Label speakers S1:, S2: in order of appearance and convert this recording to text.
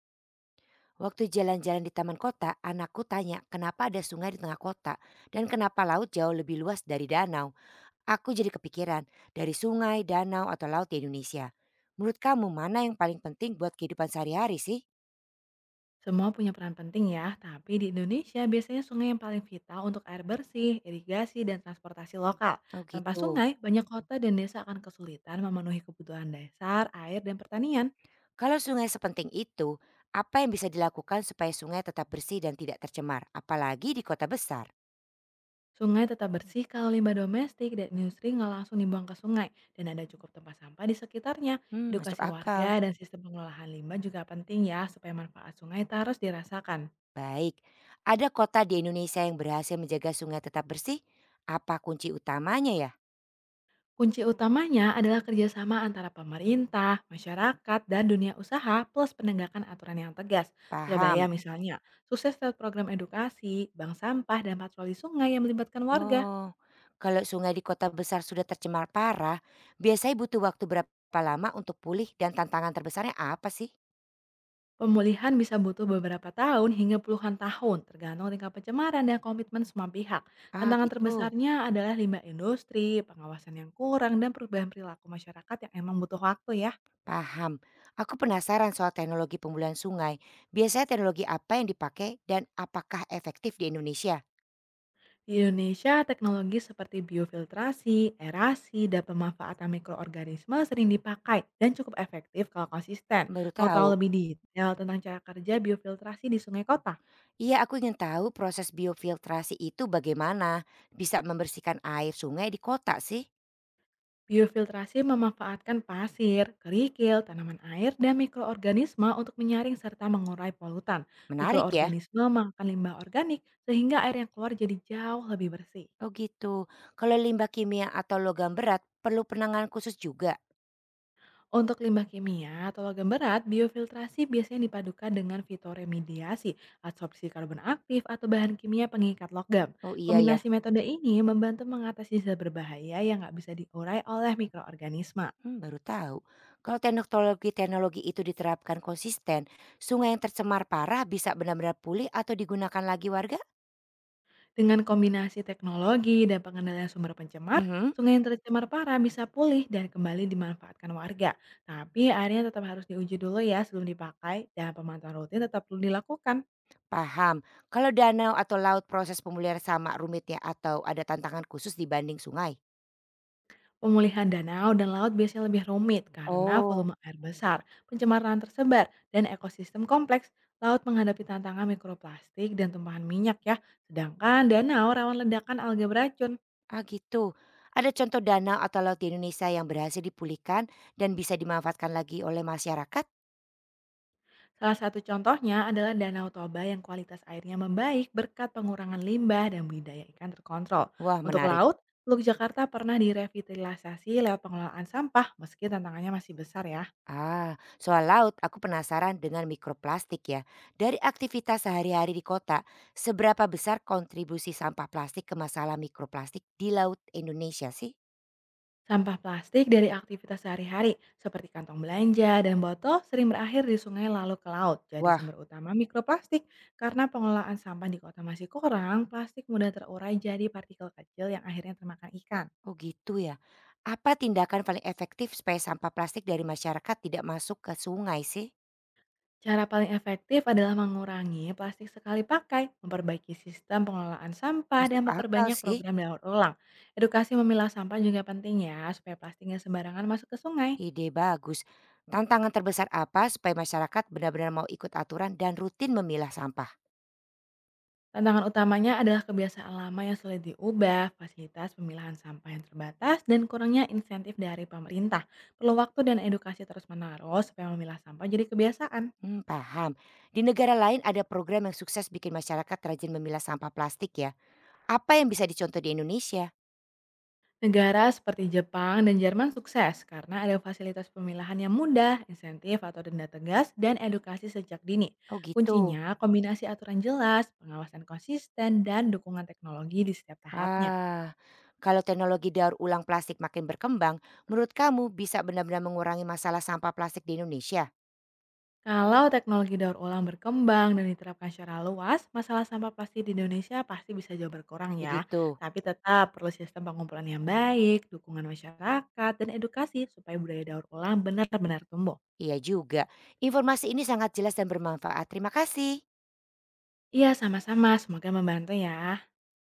S1: Waktu jalan-jalan di taman kota, anakku tanya kenapa ada sungai di tengah kota dan kenapa laut jauh lebih luas dari danau. Aku jadi kepikiran dari sungai, danau, atau laut di Indonesia. Menurut kamu mana yang paling penting buat kehidupan sehari-hari sih?
S2: Semua punya peran penting ya, tapi di Indonesia biasanya sungai yang paling vital untuk air bersih, irigasi, dan transportasi lokal.
S1: Oh
S2: Tanpa
S1: gitu.
S2: sungai, banyak kota dan desa akan kesulitan memenuhi kebutuhan dasar, air, dan pertanian.
S1: Kalau sungai sepenting itu, apa yang bisa dilakukan supaya sungai tetap bersih dan tidak tercemar, apalagi di kota besar?
S2: Sungai tetap bersih kalau limbah domestik dan industri nggak langsung dibuang ke sungai dan ada cukup tempat sampah di sekitarnya.
S1: Hmm, masuk
S2: Edukasi
S1: akal.
S2: warga dan sistem pengelolaan limbah juga penting ya supaya manfaat sungai terus dirasakan.
S1: Baik, ada kota di Indonesia yang berhasil menjaga sungai tetap bersih? Apa kunci utamanya ya?
S2: Kunci utamanya adalah kerjasama antara pemerintah, masyarakat, dan dunia usaha plus penegakan aturan yang tegas. Surabaya
S1: Paham.
S2: misalnya, sukses lewat program edukasi, bank sampah, dan patroli sungai yang melibatkan warga.
S1: Oh, kalau sungai di kota besar sudah tercemar parah, biasanya butuh waktu berapa lama untuk pulih dan tantangan terbesarnya apa sih?
S2: Pemulihan bisa butuh beberapa tahun hingga puluhan tahun, tergantung tingkat pencemaran dan komitmen semua pihak.
S1: Ah,
S2: Tantangan
S1: gitu.
S2: terbesarnya adalah limbah industri, pengawasan yang kurang, dan perubahan perilaku masyarakat yang emang butuh waktu ya.
S1: Paham. Aku penasaran soal teknologi pemulihan sungai. Biasanya teknologi apa yang dipakai dan apakah efektif di Indonesia?
S2: Di Indonesia, teknologi seperti biofiltrasi, erasi, dan pemanfaatan mikroorganisme sering dipakai dan cukup efektif kalau konsisten.
S1: Baru
S2: Mau tahu
S1: tahu.
S2: lebih detail tentang cara kerja biofiltrasi di sungai kota?
S1: Iya, aku ingin tahu proses biofiltrasi itu bagaimana bisa membersihkan air sungai di kota sih.
S2: Biofiltrasi memanfaatkan pasir, kerikil, tanaman air, dan mikroorganisme untuk menyaring serta mengurai polutan.
S1: Menarik ya.
S2: Mikroorganisme makan limbah organik sehingga air yang keluar jadi jauh lebih bersih.
S1: Oh gitu. Kalau limbah kimia atau logam berat perlu penanganan khusus juga.
S2: Untuk limbah kimia atau logam berat, biofiltrasi biasanya dipadukan dengan fitoremediasi, adsorpsi karbon aktif, atau bahan kimia pengikat logam.
S1: Oh iya
S2: Kombinasi
S1: ya.
S2: metode ini membantu mengatasi zat berbahaya yang nggak bisa diurai oleh mikroorganisme.
S1: Baru tahu. Kalau teknologi-teknologi itu diterapkan konsisten, sungai yang tercemar parah bisa benar-benar pulih atau digunakan lagi warga?
S2: Dengan kombinasi teknologi dan pengendalian sumber pencemar,
S1: Mhm,
S2: sungai yang tercemar parah bisa pulih dan kembali dimanfaatkan warga. Tapi airnya tetap harus diuji dulu ya sebelum dipakai dan pemantauan rutin tetap perlu dilakukan.
S1: paham. Kalau danau atau laut proses pemulihan sama rumitnya atau ada tantangan khusus dibanding sungai?
S2: Pemulihan danau dan laut biasanya lebih rumit karena
S1: Oh,
S2: volume air besar, pencemaran tersebar, dan ekosistem kompleks. Laut menghadapi tantangan mikroplastik dan tumpahan minyak ya, sedangkan danau rawan ledakan alga beracun.
S1: ah gitu. Ada contoh danau atau laut di Indonesia yang berhasil dipulihkan dan bisa dimanfaatkan lagi oleh masyarakat?
S2: Salah satu contohnya adalah Danau Toba yang kualitas airnya membaik berkat pengurangan limbah dan budidaya ikan terkontrol.
S1: Wah
S2: Untuk
S1: menarik.
S2: laut, Teluk Jakarta pernah direvitalisasi lewat pengelolaan sampah meski tantangannya masih besar ya.
S1: Ah, soal laut, aku penasaran dengan mikroplastik ya. Dari aktivitas sehari-hari di kota, seberapa besar kontribusi sampah plastik ke masalah mikroplastik di laut Indonesia sih?
S2: Sampah plastik dari aktivitas sehari-hari seperti kantong belanja dan botol sering berakhir di sungai lalu ke laut. Jadi
S1: Wah,
S2: sumber utama mikroplastik karena pengelolaan sampah di kota masih kurang, plastik mudah terurai jadi partikel kecil yang akhirnya termakan ikan.
S1: oh gitu ya. Apa tindakan paling efektif supaya sampah plastik dari masyarakat tidak masuk ke sungai sih?
S2: Cara paling efektif adalah mengurangi plastik sekali pakai, memperbaiki sistem pengelolaan sampah, dan
S1: Masuk akal
S2: memperbanyak
S1: sih,
S2: program daur ulang. Edukasi memilah sampah juga penting ya, supaya plastiknya sembarangan masuk ke sungai.
S1: ide bagus. Tantangan terbesar apa supaya masyarakat benar-benar mau ikut aturan dan rutin memilah sampah?
S2: Tantangan utamanya adalah kebiasaan lama yang sulit diubah, fasilitas pemilahan sampah yang terbatas, dan kurangnya insentif dari pemerintah. Perlu waktu dan edukasi terus-menerus supaya memilah sampah jadi kebiasaan.
S1: Paham. Di negara lain ada program yang sukses bikin masyarakat rajin memilah sampah plastik ya. Apa yang bisa dicontoh di Indonesia?
S2: Negara seperti Jepang dan Jerman sukses karena ada fasilitas pemilahan yang mudah, insentif atau denda tegas, dan edukasi sejak dini.
S1: Oh gitu.
S2: Kuncinya kombinasi aturan jelas, pengawasan konsisten, dan dukungan teknologi di setiap tahapnya.
S1: Ah, kalau teknologi daur ulang plastik makin berkembang, menurut kamu bisa benar-benar mengurangi masalah sampah plastik di Indonesia?
S2: Kalau teknologi daur ulang berkembang dan diterapkan secara luas, masalah sampah plastik di Indonesia pasti bisa jauh berkurang ya.
S1: Begitu.
S2: Tapi tetap perlu sistem pengumpulan yang baik, dukungan masyarakat, dan edukasi supaya budaya daur ulang benar-benar tumbuh.
S1: Iya juga. Informasi ini sangat jelas dan bermanfaat. Terima kasih.
S2: Iya, sama-sama. Semoga membantu ya.